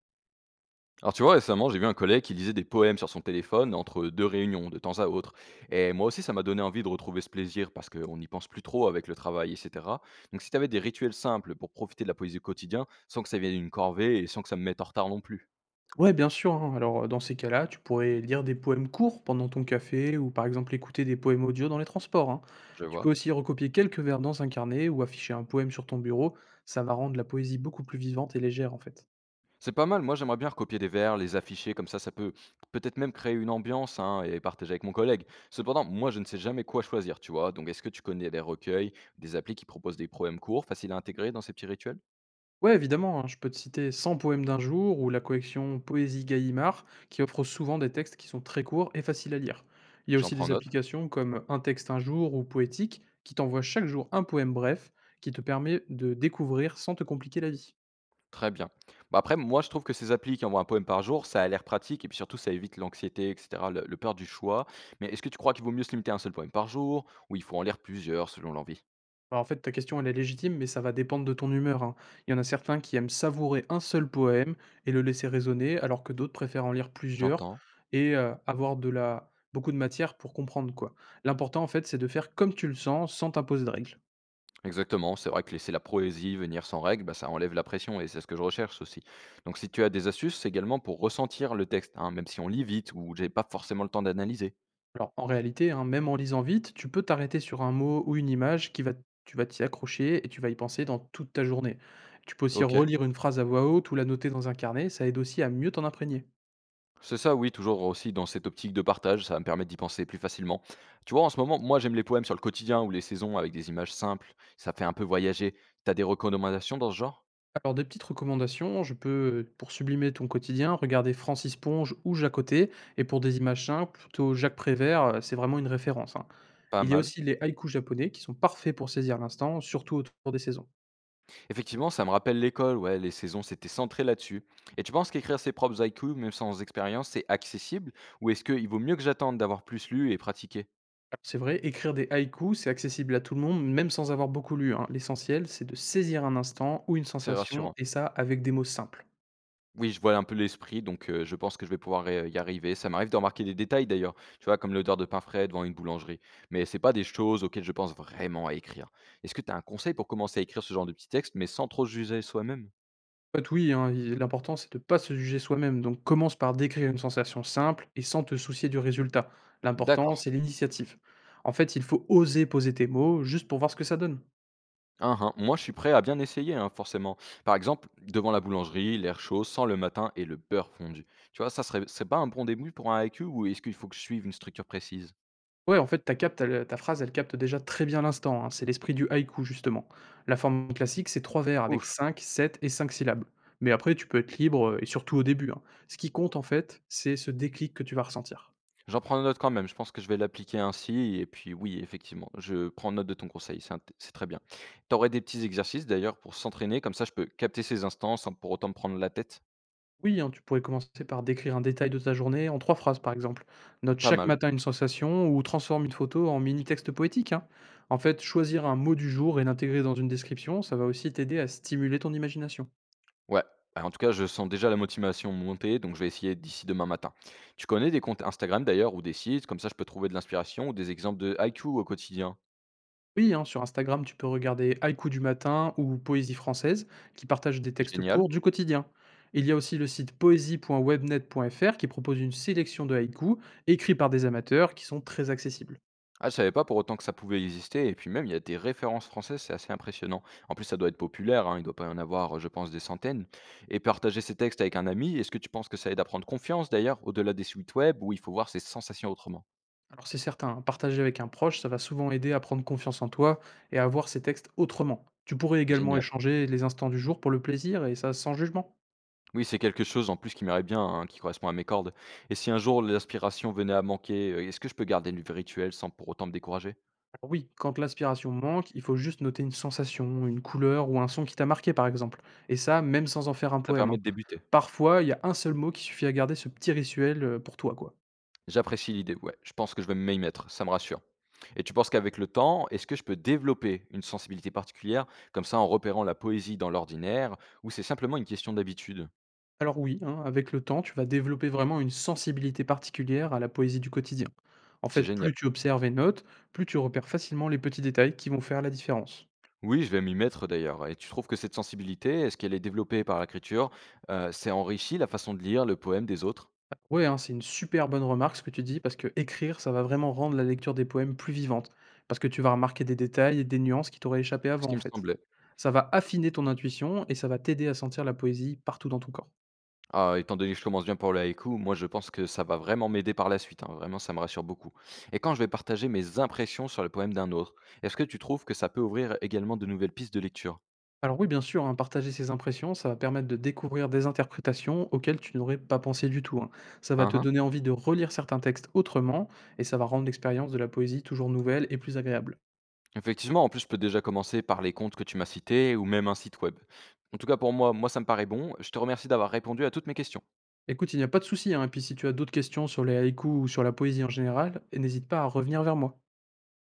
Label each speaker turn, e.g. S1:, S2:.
S1: Alors tu vois, récemment, j'ai vu un collègue qui lisait des poèmes sur son téléphone entre deux réunions, de temps à autre. Et moi aussi, ça m'a donné envie de retrouver ce plaisir parce qu'on n'y pense plus trop avec le travail, etc. Donc si tu avais des rituels simples pour profiter de la poésie au quotidien, sans que ça vienne d'une corvée et sans que ça me mette en retard non plus.
S2: Ouais, bien sûr, hein. Alors, dans ces cas-là, tu pourrais lire des poèmes courts pendant ton café ou, par exemple, écouter des poèmes audio dans les transports, hein.
S1: Je
S2: Tu peux
S1: vois.
S2: aussi recopier quelques vers dans un carnet ou afficher un poème sur ton bureau. Ça va rendre la poésie beaucoup plus vivante et légère, en fait.
S1: C'est pas mal, moi j'aimerais bien recopier des vers, les afficher, comme ça ça peut peut-être même créer une ambiance hein, et partager avec mon collègue. Cependant, moi je ne sais jamais quoi choisir, tu vois. Donc est-ce que tu connais des recueils, des applis qui proposent des poèmes courts, faciles à intégrer dans ces petits rituels?
S2: Ouais, évidemment, hein, je peux te citer 100 poèmes d'un jour ou la collection Poésie Gallimard qui offre souvent des textes qui sont très courts et faciles à lire. Il y a
S1: J'en
S2: aussi
S1: prends
S2: des
S1: note.
S2: applications comme Un texte un jour ou Poétique qui t'envoient chaque jour un poème bref qui te permet de découvrir sans te compliquer la vie.
S1: Très bien. Bah, après, moi, je trouve que ces applis qui envoient un poème par jour, ça a l'air pratique et puis surtout, ça évite l'anxiété, et cetera, le peur du choix. Mais est-ce que tu crois qu'il vaut mieux se limiter à un seul poème par jour ou il faut en lire plusieurs selon l'envie?
S2: Bah, en fait, ta question, elle est légitime, mais ça va dépendre de ton humeur, hein. Il y en a certains qui aiment savourer un seul poème et le laisser résonner, alors que d'autres préfèrent en lire plusieurs
S1: J'entends.
S2: et avoir de la beaucoup de matière pour comprendre, quoi. L'important, en fait, c'est de faire comme tu le sens, sans t'imposer de règles.
S1: Exactement. C'est vrai que laisser la poésie venir sans règle, bah, ça enlève la pression et c'est ce que je recherche aussi. Donc, si tu as des astuces, c'est également pour ressentir le texte, hein, même si on lit vite ou j'ai pas forcément le temps d'analyser.
S2: Alors, en réalité, hein, même en lisant vite, tu peux t'arrêter sur un mot ou une image qui va tu vas t'y accrocher et tu vas y penser dans toute ta journée. Tu peux aussi
S1: Ok.
S2: relire une phrase à voix haute ou la noter dans un carnet, ça aide aussi à mieux t'en imprégner.
S1: C'est ça, oui, toujours aussi dans cette optique de partage, ça va me permettre d'y penser plus facilement. Tu vois, en ce moment, moi j'aime les poèmes sur le quotidien ou les saisons avec des images simples, ça fait un peu voyager. T'as des recommandations dans ce genre?
S2: Alors, des petites recommandations, je peux, pour sublimer ton quotidien, regarder Francis Ponge ou Jacques Côté, et pour des images simples, plutôt Jacques Prévert, c'est vraiment une référence, hein.
S1: Pas
S2: Il y a
S1: mal.
S2: aussi les haïkus japonais qui sont parfaits pour saisir l'instant, surtout autour des saisons.
S1: Effectivement, ça me rappelle l'école, ouais, les saisons, c'était centré là-dessus. Et tu penses qu'écrire ses propres haïkus, même sans expérience, c'est accessible? Ou est-ce qu'il vaut mieux que j'attende d'avoir plus lu et pratiqué?
S2: Alors c'est vrai, écrire des haïkus, c'est accessible à tout le monde, même sans avoir beaucoup lu, hein. L'essentiel, c'est de saisir un instant ou une
S1: C'est
S2: sensation,
S1: rassurant.
S2: et ça avec des mots simples.
S1: Oui, je vois un peu l'esprit, donc je pense que je vais pouvoir ré y arriver. Ça m'arrive de remarquer des détails d'ailleurs, tu vois? Comme l'odeur de pain frais devant une boulangerie, mais c'est pas des choses auxquelles je pense vraiment à écrire. Est-ce que tu as un conseil pour commencer à écrire ce genre de petits textes, mais sans trop se juger soi-même?
S2: En fait, oui, hein, i l'important, c'est de ne pas se juger soi-même, donc commence par décrire une sensation simple et sans te soucier du résultat. L'important,
S1: D'accord.
S2: c'est l'initiative. En fait, il faut oser poser tes mots juste pour voir ce que ça donne.
S1: Hein, hein. Moi, je suis prêt à bien essayer, hein, forcément. Par exemple, devant la boulangerie, l'air chaud, sans le matin et le beurre fondu. Tu vois? Ça serait c'est pas un bon début pour un haiku ou est-ce qu'il faut que je suive une structure précise?
S2: Ouais, en fait, ta phrase, elle capte déjà très bien l'instant, hein. C'est l'esprit du haïku, justement. La forme classique, c'est trois vers avec
S1: Ouf.
S2: 5, 7 et 5 syllabes. Mais après, tu peux être libre, et surtout au début, hein. Ce qui compte, en fait, c'est ce déclic que tu vas ressentir.
S1: J'en prends note quand même, je pense que je vais l'appliquer ainsi et puis oui, effectivement, je prends note de ton conseil, c'est très bien. Tu aurais des petits exercices d'ailleurs pour s'entraîner, comme ça je peux capter ces instants sans pour autant me prendre la tête.
S2: Oui, hein, tu pourrais commencer par décrire un détail de ta journée en trois phrases, par exemple. Note
S1: Pas
S2: chaque
S1: mal.
S2: matin une sensation ou transforme une photo en mini texte poétique, hein. En fait, choisir un mot du jour et l'intégrer dans une description, ça va aussi t'aider à stimuler ton imagination.
S1: Ouais. Ah, en tout cas, je sens déjà la motivation monter, donc je vais essayer d'ici demain matin. Tu connais des comptes Instagram d'ailleurs ou des sites, comme ça je peux trouver de l'inspiration ou des exemples de IQ au quotidien.
S2: Oui, hein, sur Instagram, tu peux regarder Haïku du matin ou Poésie française, qui partagent des textes
S1: Génial.
S2: courts du quotidien. Il y a aussi le site poésie.webnet.fr qui propose une sélection de haïkus écrits par des amateurs qui sont très accessibles.
S1: Ah, je savais pas pour autant que ça pouvait exister et puis même il y a des références françaises, c'est assez impressionnant. En plus, ça doit être populaire, hein, il doit pas y en avoir, je pense des centaines et partager ces textes avec un ami, est-ce que tu penses que ça aide à prendre confiance d'ailleurs, au-delà des sites web où il faut voir ses sensations autrement?
S2: Alors c'est certain, hein, partager avec un proche, ça va souvent aider à prendre confiance en toi et à voir ces textes autrement. Tu pourrais également
S1: Génial.
S2: échanger les instants du jour pour le plaisir et ça sans jugement.
S1: Oui, c'est quelque chose en plus qui m'irait bien, hein, qui correspond à mes cordes et si un jour l'inspiration venait à manquer, est-ce que je peux garder le v rituel sans pour autant me décourager?
S2: Alors oui, quand l'inspiration manque, il faut juste noter une sensation, une couleur ou un son qui t'a marqué par exemple. Et ça, même sans en faire un
S1: Ça
S2: poème, hein.
S1: permet de débuter.
S2: Parfois, il y a un seul mot qui suffit à garder ce petit rituel pour toi, quoi.
S1: J'apprécie l'idée, ouais. Je pense que je vais m'y mettre, ça me rassure. Et tu penses qu'avec le temps, est-ce que je peux développer une sensibilité particulière, comme ça en repérant la poésie dans l'ordinaire, ou c'est simplement une question d'habitude?
S2: Alors oui, hein, avec le temps, tu vas développer vraiment une sensibilité particulière à la poésie du quotidien. En
S1: C'est
S2: fait, plus
S1: génial.
S2: tu observes et notes, plus tu repères facilement les petits détails qui vont faire la différence.
S1: Oui, je vais m'y mettre d'ailleurs. Et tu trouves que cette sensibilité, est-ce qu'elle est développée par l'écriture? C'est enrichi la façon de lire le poème des autres?
S2: Ouais, hein, c'est une super bonne remarque ce que tu dis, parce que écrire, ça va vraiment rendre la lecture des poèmes plus vivante, parce que tu vas remarquer des détails et des nuances qui t'auraient échappé
S1: C'est ce
S2: avant, en
S1: qui me
S2: fait.
S1: semblait.
S2: Ça va affiner ton intuition et ça va t'aider à sentir la poésie partout dans ton corps.
S1: Ah, étant donné que je commence bien pour le haïku, moi je pense que ça va vraiment m'aider par la suite, hein. Vraiment, ça me rassure beaucoup. Et quand je vais partager mes impressions sur le poème d'un autre, est-ce que tu trouves que ça peut ouvrir également de nouvelles pistes de lecture?
S2: Alors oui, bien sûr, hein, partager ses impressions, ça va permettre de découvrir des interprétations auxquelles tu n'aurais pas pensé du tout, hein. Ça va
S1: Hein,
S2: te
S1: hein.
S2: donner envie de relire certains textes autrement, et ça va rendre l'expérience de la poésie toujours nouvelle et plus agréable.
S1: Effectivement, en plus, je peux déjà commencer par les comptes que tu m'as cités ou même un site web. En tout cas, pour moi, moi ça me paraît bon. Je te remercie d'avoir répondu à toutes mes questions.
S2: Écoute, il n'y a pas de souci, hein, et puis si tu as d'autres questions sur les haïkus ou sur la poésie en général, n'hésite pas à revenir vers moi.